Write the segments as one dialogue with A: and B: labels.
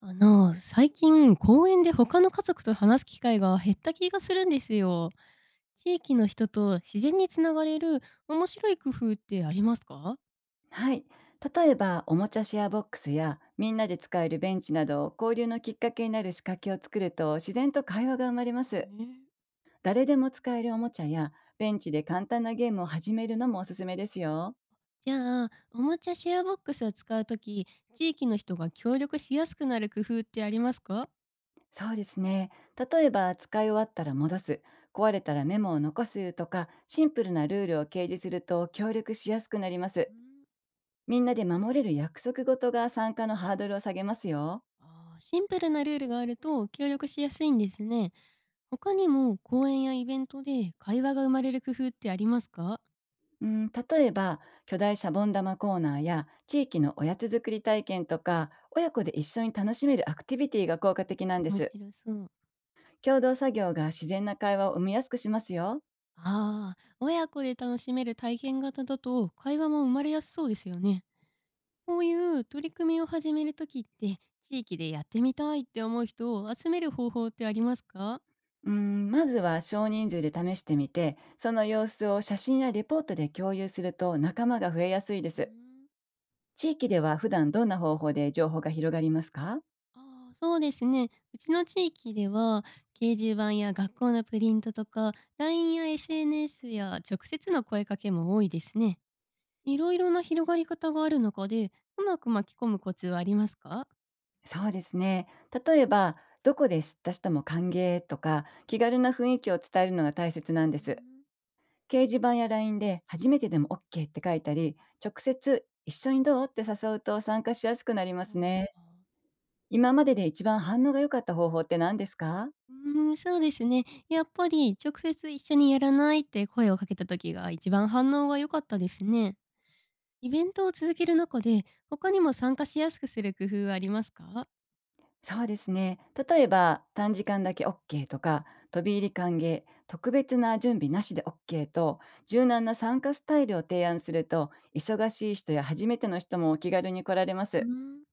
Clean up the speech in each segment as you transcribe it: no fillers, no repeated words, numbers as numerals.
A: 最近公園で他の家族と話す機会が減った気がするんですよ。地域の人と自然につながれる面白い工夫ってありますか
B: はい。例えば、おもちゃシェアボックスやみんなで使えるベンチなど、交流のきっかけになる仕掛けを作ると、自然と会話が生まれます。
A: ね。
B: 誰でも使えるおもちゃや、ベンチで簡単なゲームを始めるのもおすすめですよ。
A: じゃあ、おもちゃシェアボックスを使うとき、地域の人が協力しやすくなる工夫ってありますか？
B: そうですね。例えば、使い終わったら戻す、壊れたらメモを残すとか、シンプルなルールを掲示すると協力しやすくなりま
A: う
B: す。
A: ん。
B: みんなで守れる約束事が参加のハードルを下げますよ。
A: シンプルなルールがあると協力しやすいんですね。他にも公園やイベントで会話が生まれる工夫ってありますか？
B: うん、例えば巨大シャボン玉コーナーや地域のおやつ作り体験とか、親子で一緒に楽しめるアクティビティが効果的なんで
A: 面
B: す。
A: 白そう。
B: 共同作業が自然な会話を生みやすくしますよ。
A: ああ、親子で楽しめる体験型だと会話も生まれやすそうですよね。こういう取り組みを始めるときって、地域でやってみたいって思う人を集める方法ってありますか？
B: うん、まずは少人数で試してみて、その様子を写真やレポートで共有すると仲間が増えやすいで
A: うー
B: す。
A: ん、
B: 地域では普段どんな方法で情報が広がりますか？
A: ああ、そうですね。うちの地域では、掲示板や学校のプリントとか、LINE や SNS や直接の声かけも多いですね。いろいろな広がり方がある中で、うまく巻き込むコツはありますか？
B: そうですね。例えば、どこで知った人も歓迎とか、気軽な雰囲気を伝えるのが大切なんで
A: う
B: す。
A: ー
B: 掲示板や LINE で初めてでも OK って書いたり、直接一緒にどうって誘うと参加しやすくなります
A: ん、
B: ね。
A: あー
B: 今までで一番反応が良かった方法って何ですか？
A: そうですね。やっぱり直接一緒にやらないって声をかけた時が一番反応が良かったですね。イベントを続ける中で他にも参加しやすくする工夫はありますか？
B: そうですね。例えば、短時間だけ OK とか、飛び入り歓迎、特別な準備なしで OK と、柔軟な参加スタイルを提案すると、忙しい人や初めての人もお気軽に来られま
A: うー
B: す。
A: ん。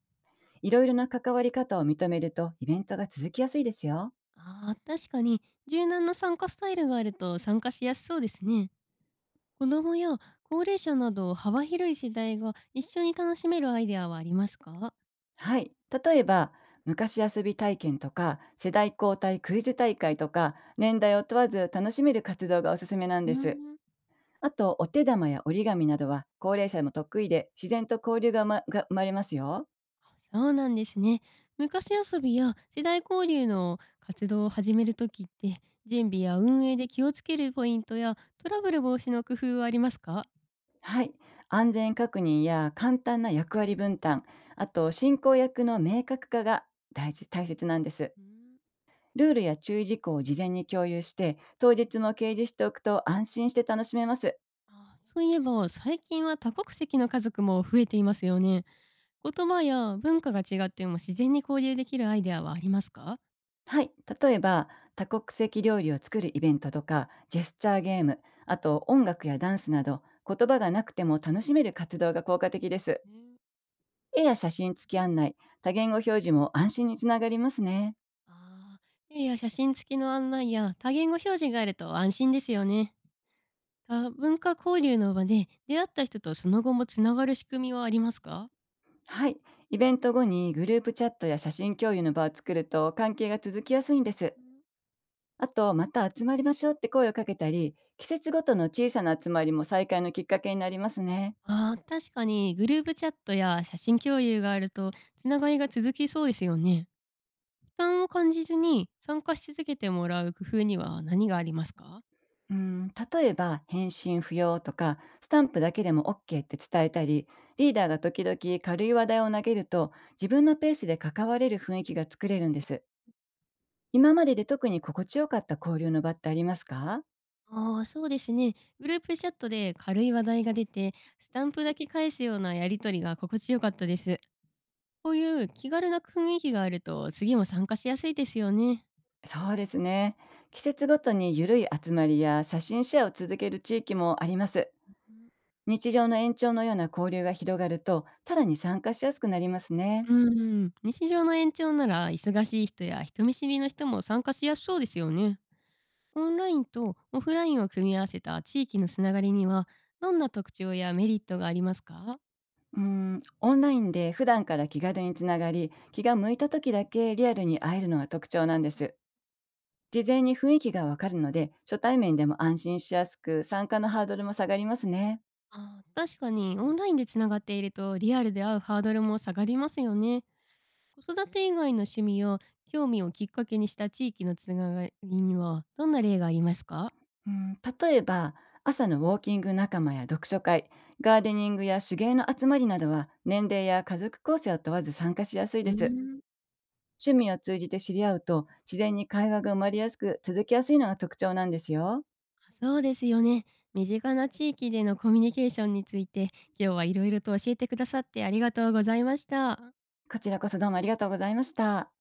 B: いろいろな関わり方を認めると、イベントが続きやすいですよ。
A: あー確かに柔軟な参加スタイルがあると参加しやすそうですね。子供や高齢者など幅広い世代が一緒に楽しめるアイデアはありますか？
B: はい。例えば、昔遊び体験とか、世代交代クイズ大会とか、年代を問わず楽しめる活動がおすすめなん
A: うー
B: です。
A: ん。
B: あと、お手玉や折り紙などは、高齢者も得意で、自然と交流が生まれますよ。
A: そうなんですね。昔遊びや世代交流の活動を始めるときって、準備や運営で気をつけるポイントやトラブル防止の工夫はありますか？
B: はい。安全確認や簡単な役割分担、あと、進行役の明確化が大切なんです。
A: うん。
B: ルールや注意事項を事前に共有して、当日も掲示しておくと安心して楽しめます。
A: あ、そういえば最近は多国籍の家族も増えていますよね。言葉や文化が違っても自然に交流できるアイデアはありますか？
B: はい、例えば多国籍料理を作るイベントとか、ジェスチャーゲーム、あと音楽やダンスなど、言葉がなくても楽しめる活動が効果的です。
A: ね。
B: 絵や写真付き案内、多言語表示も安心につながりますね。
A: ああ、絵や写真付きの案内や多言語表示があると安心ですよね。多文化交流の場で出会った人とその後もつながる仕組みはありますか？
B: はい。イベント後にグループチャットや写真共有の場を作ると関係が続きやすいんです。あと、また集まりましょうって声をかけたり、季節ごとの小さな集まりも再会のきっかけになりますね。
A: ああ、確かにグループチャットや写真共有があるとつながりが続きそうですよね。負担を感じずに参加し続けてもらう工夫には何がありますか？
B: うん、例えば返信不要とかスタンプだけでも OK って伝えたり、リーダーが時々軽い話題を投げると自分のペースで関われる雰囲気が作れるんです。今までで特に心地よかった交流の場ってありますか？
A: ああ、そうですね。グループチャットで軽い話題が出て、スタンプだけ返すようなやりとりが心地よかったです。こういう気軽な雰囲気があると次も参加しやすいですよね。
B: そうですね。季節ごとに緩い集まりや写真シェアを続ける地域もあります。日常の延長のような交流が広がると、さらに参加しやすくなりますね。
A: うんうん、日常の延長なら忙しい人や人見知りの人も参加しやすそうですよね。オンラインとオフラインを組み合わせた地域のつながりにはどんな特徴やメリットがありますか？
B: うーん、オンラインで普段から気軽につながり、気が向いた時だけリアルに会えるのが特徴なんです。事前に雰囲気がわかるので、初対面でも安心しやすく、参加のハードルも下がりますね。
A: あー確かにオンラインでつながっているとリアルで会うハードルも下がりますよね。子育て以外の趣味や興味をきっかけにした地域のつながりにはどんな例がありますか？
B: うん、例えば、朝のウォーキング仲間や読書会、ガーデニングや手芸の集まりなどは、年齢や家族構成を問わず参加しやすい
A: う
B: で
A: ー
B: す。
A: ん。
B: 趣味を通じて知り合うと、自然に会話が生まれやすく、続きやすいのが特徴なんですよ。
A: そうですよね。身近な地域でのコミュニケーションについて今日はいろいろと教えてくださってありがとうございました。
B: こちらこそどうもありがとうございました。